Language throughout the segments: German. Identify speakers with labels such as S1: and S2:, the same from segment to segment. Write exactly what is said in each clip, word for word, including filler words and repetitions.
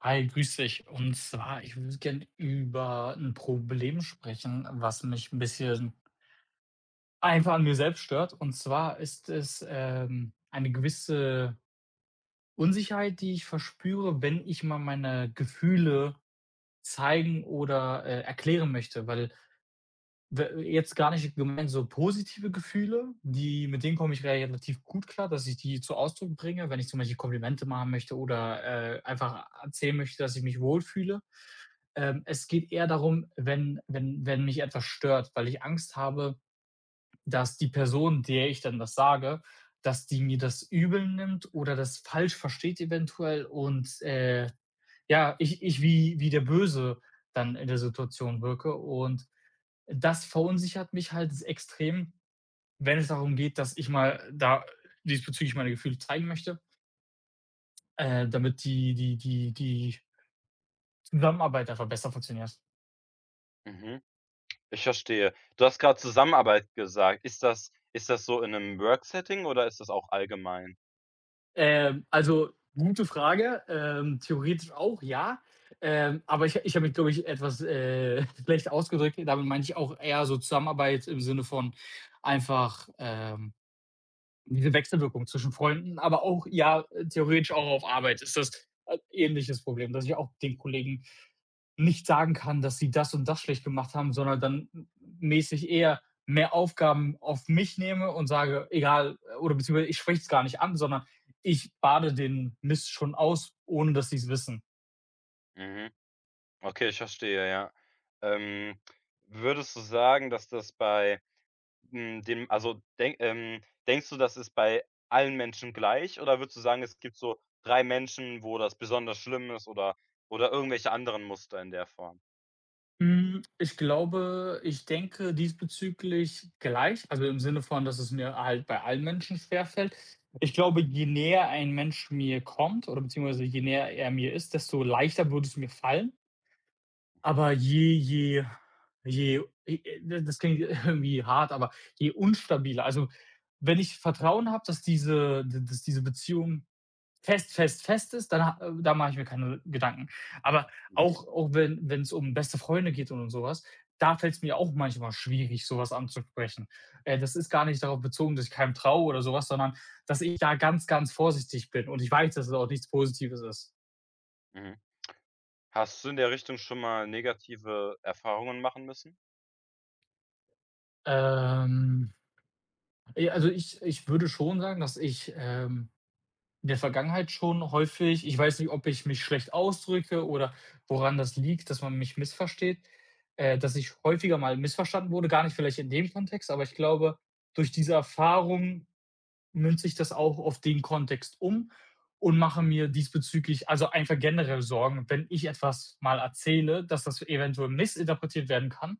S1: Hi, grüß dich. Und zwar, ich würde gern über ein Problem sprechen, was mich ein bisschen einfach an mir selbst stört. Und zwar ist es, ähm, eine gewisse Unsicherheit, die ich verspüre, wenn ich mal meine Gefühle zeigen oder, äh, erklären möchte, weil W jetzt gar nicht gemeint so positive Gefühle, die mit denen komme ich relativ gut klar, dass ich die zu Ausdruck bringe, wenn ich zum Beispiel Komplimente machen möchte oder, äh, einfach erzählen möchte, dass ich mich wohlfühle. Ähm, es geht eher darum, wenn wenn wenn mich etwas stört, weil ich Angst habe, dass die Person, der ich dann das sage, dass die mir das übel nimmt oder das falsch versteht eventuell und, äh, ja, ich ich wie wie der Böse dann in der Situation wirke, und das verunsichert mich halt extrem, wenn es darum geht, dass ich mal da diesbezüglich meine Gefühle zeigen möchte, äh, damit die die die die Zusammenarbeit einfach besser funktioniert.
S2: Mhm, ich verstehe. Du hast gerade Zusammenarbeit gesagt. Ist das ist das so in einem Work-Setting oder ist das auch allgemein?
S1: Ähm, also, gute Frage, ähm, theoretisch auch, ja. Ähm, aber ich ich habe mich, glaube ich, etwas, äh, schlecht ausgedrückt. Damit meine ich auch eher so Zusammenarbeit im Sinne von einfach, ähm, diese Wechselwirkung zwischen Freunden, aber auch ja, theoretisch auch auf Arbeit ist das 'n ähnliches Problem, dass ich auch den Kollegen nicht sagen kann, dass sie das und das schlecht gemacht haben, sondern dann mäßig eher mehr Aufgaben auf mich nehme und sage, egal, oder beziehungsweise ich spreche es gar nicht an, sondern ich bade den Mist schon aus, ohne dass sie es wissen.
S2: Mhm. Okay, ich verstehe, ja. Ähm, Würdest du sagen, dass das bei, hm, dem also, denk ähm, denkst du, das ist bei allen Menschen gleich oder würdest du sagen, es gibt so drei Menschen, wo das besonders schlimm ist oder oder irgendwelche anderen Muster in der Form?
S1: Hm, ich glaube, ich denke diesbezüglich gleich, also im Sinne von, dass es mir halt bei allen Menschen schwerfällt. Ich glaube, je näher ein Mensch mir kommt oder beziehungsweise je näher er mir ist, desto leichter würde es mir fallen.
S2: Mhm,
S1: Aber je je je e e das klingt irgendwie hart, aber je unstabiler, also, wenn ich Vertrauen habe, dass diese dass diese Beziehung fest, fest, fest ist, dann ha äh, da mache ich mir keine Gedanken. Aber
S2: mhm,
S1: auch auch wenn wenn es um beste Freunde geht und so sowas, da fällt es mir auch manchmal schwierig, sowas anzusprechen. Äh, das ist gar nicht darauf bezogen, dass ich keinem traue oder sowas, sondern dass ich da ganz, ganz vorsichtig bin und ich weiß, dass es auch nichts Positives ist.
S2: mhm. Hast du in der Richtung schon mal negative Erfahrungen machen müssen?
S1: Ähm Ja, also ich ich würde schon sagen, dass ich, ähm, in der Vergangenheit schon häufig, ich weiß nicht, ob ich mich schlecht ausdrücke oder woran das liegt, dass man mich missversteht, äh, dass ich häufiger mal missverstanden wurde, gar nicht vielleicht in dem Kontext, aber ich glaube, durch diese Erfahrung münze ich das auch auf den Kontext um und mache
S2: Mhm,
S1: mir diesbezüglich, also einfach generell Sorgen, wenn ich etwas mal erzähle, dass das eventuell missinterpretiert werden kann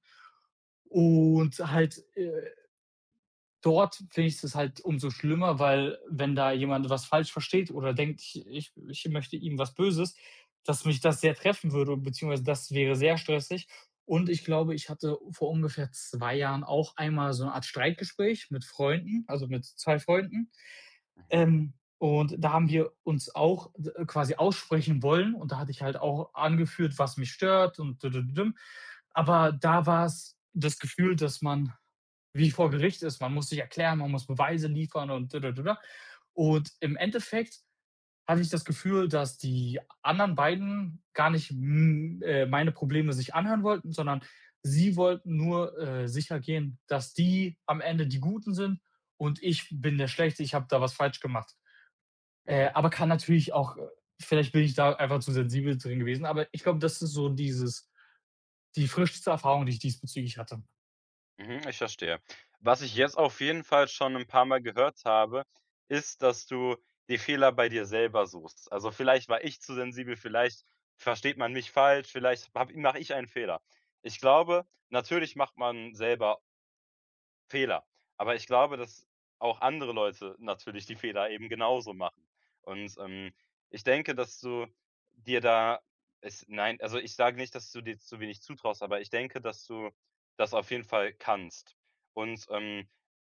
S1: und halt, äh, dort finde ich es halt umso schlimmer, weil wenn da jemand was falsch versteht oder denkt, ich, ich, ich möchte ihm was Böses, dass mich das sehr treffen würde, beziehungsweise das wäre sehr stressig. Und ich glaube, ich hatte vor ungefähr zwei Jahren auch einmal so eine Art Streitgespräch mit Freunden, also mit zwei Freunden.
S2: mhm,
S1: Ähm, und da haben wir uns auch d- quasi aussprechen wollen. Und da hatte ich halt auch angeführt, was mich stört und dü- dü- dü- düm. Aber da war es das Gefühl, dass man wie vor Gericht ist. Man muss sich erklären, man muss Beweise liefern und da, da, da, da. Und im Endeffekt hatte ich das Gefühl, dass die anderen beiden gar nicht, hm, äh, meine Probleme sich anhören wollten, sondern sie wollten nur, äh, sicher gehen, dass die am Ende die Guten sind und ich bin der Schlechte, ich habe da was falsch gemacht. Äh,
S2: mhm.
S1: aber kann natürlich auch, äh, vielleicht bin ich da einfach zu sensibel drin gewesen, aber ich glaube, das ist so dieses die frischste Erfahrung, die ich diesbezüglich hatte.
S2: Mhm, ich verstehe. Was ich jetzt auf jeden Fall schon ein paar Mal gehört habe, ist, dass du die Fehler bei dir selber suchst. Also, vielleicht war ich zu sensibel, vielleicht versteht man mich falsch, vielleicht mache ich einen Fehler. Ich glaube, natürlich macht man selber Fehler. Aber ich glaube, dass auch andere Leute natürlich die Fehler eben genauso machen. Und, ähm, ich denke, dass du dir da es nein, also ich sage nicht, dass du dir zu wenig zutraust, aber ich denke, dass du das auf jeden Fall kannst und, ähm,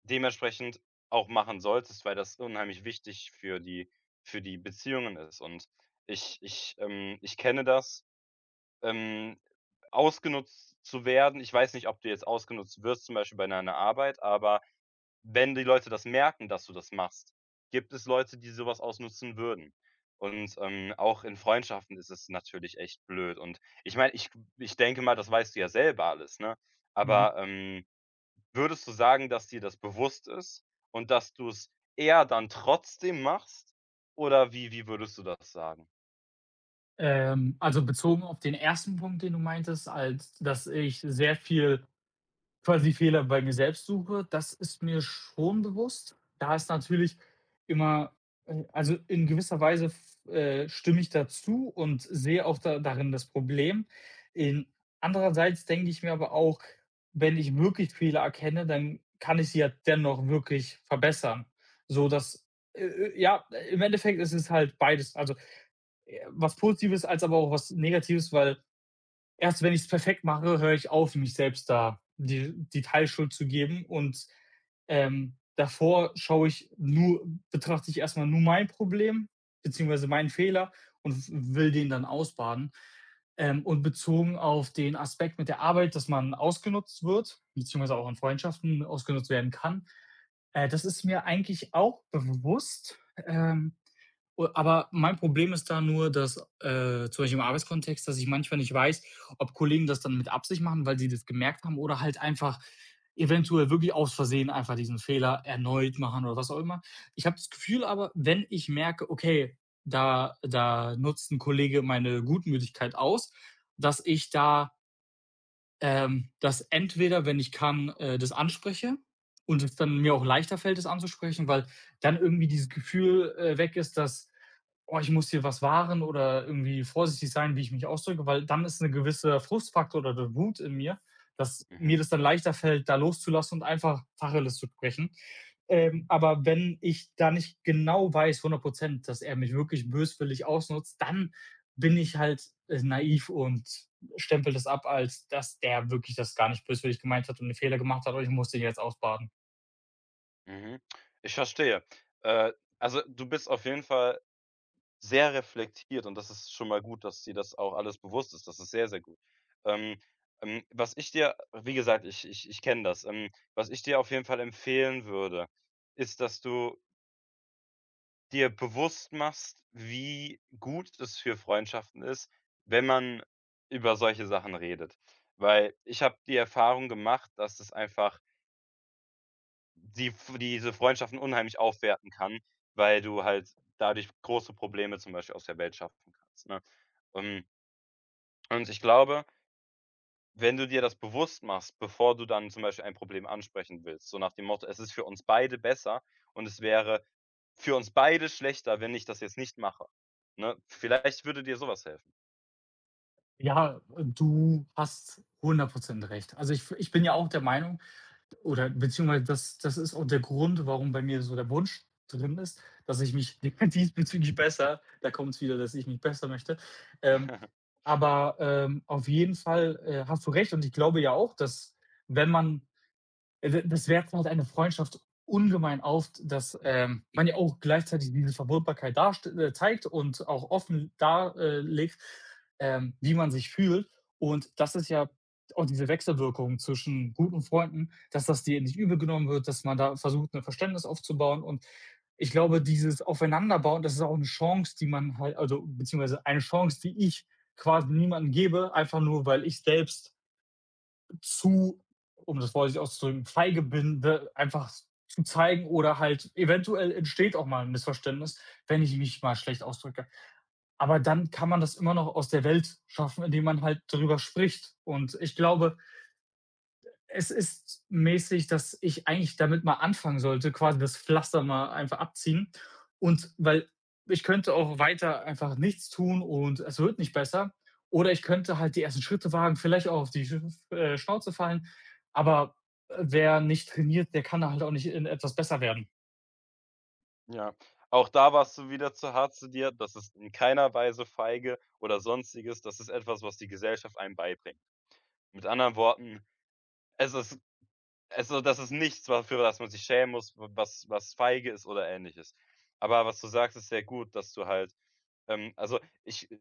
S2: dementsprechend auch machen solltest, weil das unheimlich wichtig für die für die Beziehungen ist. Und ich ich, ähm ich kenne das, ähm, ausgenutzt zu werden. Ich weiß nicht, ob du jetzt ausgenutzt wirst, zum Beispiel bei deiner Arbeit, aber wenn die Leute das merken, dass du das machst, gibt es Leute, die sowas ausnutzen würden. Und, ähm, auch in Freundschaften ist es natürlich echt blöd. Und ich meine, ich ich denke mal, das weißt du ja selber alles, ne?
S1: Mhm.
S2: Aber, ähm, würdest du sagen, dass dir das bewusst ist und dass du es eher dann trotzdem machst? Oder wie wie würdest du das sagen?
S1: Ähm, also bezogen auf den ersten Punkt, den du meintest, als dass ich sehr viel quasi Fehler bei mir selbst suche, das ist mir schon bewusst. Da ist natürlich immer äh, also in gewisser Weise f äh, stimme ich dazu und sehe auch da darin das Problem. In andererseits denke ich mir aber auch, wenn ich wirklich Fehler erkenne, dann kann ich sie ja dennoch wirklich verbessern, sodass äh, äh, ja, im Endeffekt ist es halt beides. Also, äh, was Positives, als aber auch was Negatives, weil erst wenn ich es perfekt mache, höre ich auf, mich selbst da die, die Teilschuld zu geben. Und ähm, davor schaue ich nur, betrachte ich erstmal nur mein Problem, beziehungsweise meinen Fehler, und will den dann ausbaden. Ähm, und bezogen auf den Aspekt mit der Arbeit, dass man ausgenutzt wird, beziehungsweise auch in Freundschaften ausgenutzt werden kann, äh, das ist mir eigentlich auch bewusst. Ähm, U Aber mein Problem ist da nur, dass, äh, zum Beispiel im Arbeitskontext, dass ich manchmal nicht weiß, ob Kollegen das dann mit Absicht machen, weil sie das gemerkt haben, oder halt einfach eventuell wirklich aus Versehen einfach diesen Fehler erneut machen oder was auch immer. Ich habe das Gefühl aber, wenn ich merke, okay, da da nutzt ein Kollege meine Gutmütigkeit aus, dass ich da ähm, dass entweder, wenn ich kann, äh, das anspreche und es dann mir
S2: Mhm,
S1: auch leichter fällt, das anzusprechen, weil dann irgendwie dieses Gefühl, äh, weg ist, dass: „Oh, ich muss hier was wahren“ oder irgendwie vorsichtig sein, wie ich mich ausdrücke, weil dann ist 'ne gewisser Frustfaktor oder der Wut in mir, dass mir
S2: mhm,
S1: das dann leichter fällt, da loszulassen und einfach Tacheles zu sprechen. Ähm, aber wenn ich da nicht genau weiß, hundert dass er mich wirklich böswillig ausnutzt, dann bin ich halt, äh, naiv und stempelt es ab, als dass der wirklich das gar nicht böswillig gemeint hat und einen Fehler gemacht hat und ich muss den jetzt ausbaden.
S2: mhm. Ich verstehe. Äh, also, du bist auf jeden Fall sehr reflektiert und das ist schon mal gut, dass dir das auch alles bewusst ist. Das ist sehr, sehr gut. Ähm, ähm, was ich dir wie gesagt, ich ich ich kenne das. Ähm, was ich dir auf jeden Fall empfehlen würde, ist, dass du dir bewusst machst, wie gut es für Freundschaften ist, wenn man über solche Sachen redet. Weil ich habe die Erfahrung gemacht, dass es einfach die f diese Freundschaften unheimlich aufwerten kann, weil du halt dadurch große Probleme zum Beispiel aus der Welt schaffen kannst, ne? Ähm, Und ich glaube, wenn du dir das bewusst machst, bevor du dann zum Beispiel ein Problem ansprechen willst, so nach dem Motto: „Es ist für uns beide besser und es wäre für uns beide schlechter, wenn ich das jetzt nicht mache“, ne? Vielleicht würde dir sowas helfen.
S1: Ja, du hast hundert Prozent recht. Also ich, ich bin ja auch der Meinung, oder beziehungsweise das, das ist auch der Grund, warum bei mir so der Wunsch drin ist, dass ich mich diesbezüglich besser, da kommt es wieder, dass ich mich besser möchte. Ähm, aber ähm, auf jeden Fall, äh, hast du recht, und ich glaube ja auch, dass wenn man D das wertet halt eine Freundschaft ungemein auf, dass, ähm, man ja auch gleichzeitig diese Verwundbarkeit darst äh, zeigt und auch offen darlegt, ähm, wie man sich fühlt. Und das ist ja auch diese Wechselwirkung zwischen guten Freunden, dass das dir nicht übel genommen wird, dass man da versucht, ein Verständnis aufzubauen. Und ich glaube, dieses Aufeinanderbauen, das ist auch eine Chance, die man halt, also, beziehungsweise eine Chance, die ich quasi niemandem gebe, einfach nur, weil ich selbst zu, um das vorsichtig auszudrücken, Feigebinde einfach zu zeigen oder halt eventuell entsteht auch mal ein Missverständnis, wenn ich mich mal schlecht ausdrücke. Aber dann kann man das immer noch aus der Welt schaffen, indem man halt darüber spricht. Und ich glaube, es ist mäßig, dass ich eigentlich damit mal anfangen sollte, quasi das Pflaster mal einfach abziehen. Und weil ich könnte auch weiter einfach nichts tun und es wird nicht besser. Oder ich könnte halt die ersten Schritte wagen, vielleicht auch auf die Sch äh, Schnauze fallen. Aber äh, wer nicht trainiert, der kann halt auch nicht in etwas besser werden.
S2: Ja, auch da warst du wieder zu hart zu dir. Das ist in keiner Weise feige oder Sonstiges. Das ist etwas, was die Gesellschaft einem beibringt. Mit anderen Worten, es ist also, das ist nichts, wa- für das man sich schämen muss, w was was feige ist oder Ähnliches. Aber was du sagst, ist sehr gut, dass du halt, ähm also, ich äh,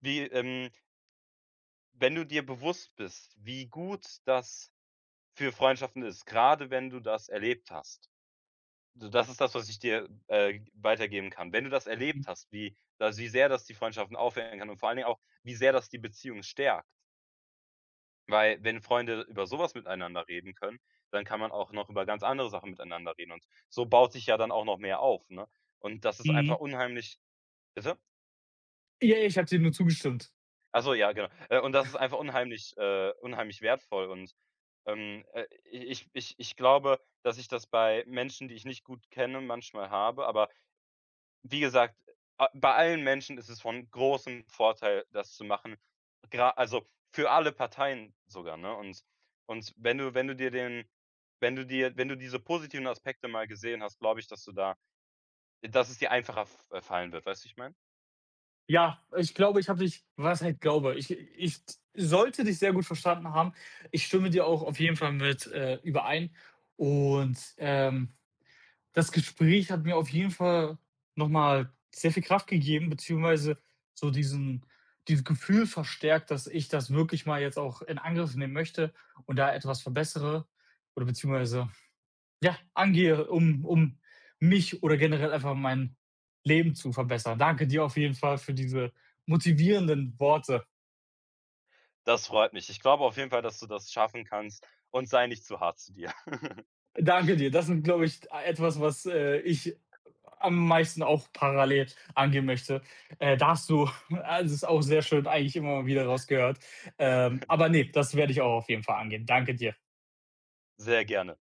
S2: wie, ähm wenn du dir bewusst bist, wie gut das für Freundschaften ist, gerade wenn du das erlebt hast. So, das ist das, was ich dir, äh, weitergeben kann. Wenn du das
S1: Mhm.
S2: erlebt hast, wie da wie sehr das die Freundschaften aufhellen kann und vor allen Dingen auch, wie sehr das die Beziehung stärkt. Weil wenn Freunde über sowas miteinander reden können, dann kann man auch noch über ganz andere Sachen miteinander reden und so baut sich ja dann auch noch mehr auf, ne? Und das ist
S1: Mhm.
S2: einfach unheimlich bitte?
S1: Ja, ich habe dir nur zugestimmt.
S2: Ach so, ja, genau. Äh, und das ist einfach unheimlich äh, unheimlich wertvoll und, ähm, äh, ich ich ich glaube, dass ich das bei Menschen, die ich nicht gut kenne, manchmal habe, aber wie gesagt, a bei allen Menschen ist es von großem Vorteil, das zu machen, gra also für alle Parteien sogar, ne? Und und wenn du wenn du dir den wenn du dir wenn du diese positiven Aspekte mal gesehen hast, glaube ich, dass du da dass es dir einfacher f äh, fallen wird, weißt du, ich meine?
S1: Ja, ich glaube, ich habe dich, was heißt glaube, ich ich sollte dich sehr gut verstanden haben. Ich stimme dir auch auf jeden Fall mit, äh, überein. Und, ähm, das Gespräch hat mir auf jeden Fall noch mal sehr viel Kraft gegeben, beziehungsweise so diesen dieses Gefühl verstärkt, dass ich das wirklich mal jetzt auch in Angriff nehmen möchte und da etwas verbessere oder beziehungsweise ja, angehe, um um mich oder generell einfach mein Leben zu verbessern. Danke dir auf jeden Fall für diese motivierenden Worte.
S2: Das freut mich. Ich glaube auf jeden Fall, dass du das schaffen kannst und sei nicht zu hart zu dir.
S1: Danke dir. Das sind, glaube ich, etwas, was, äh, ich am meisten auch parallel angehen möchte. Äh, da hast du also, ist auch sehr schön, eigentlich immer mal wieder rausgehört. Ähm, aber nee, das werde ich auch auf jeden Fall angehen. Danke dir.
S2: Sehr gerne.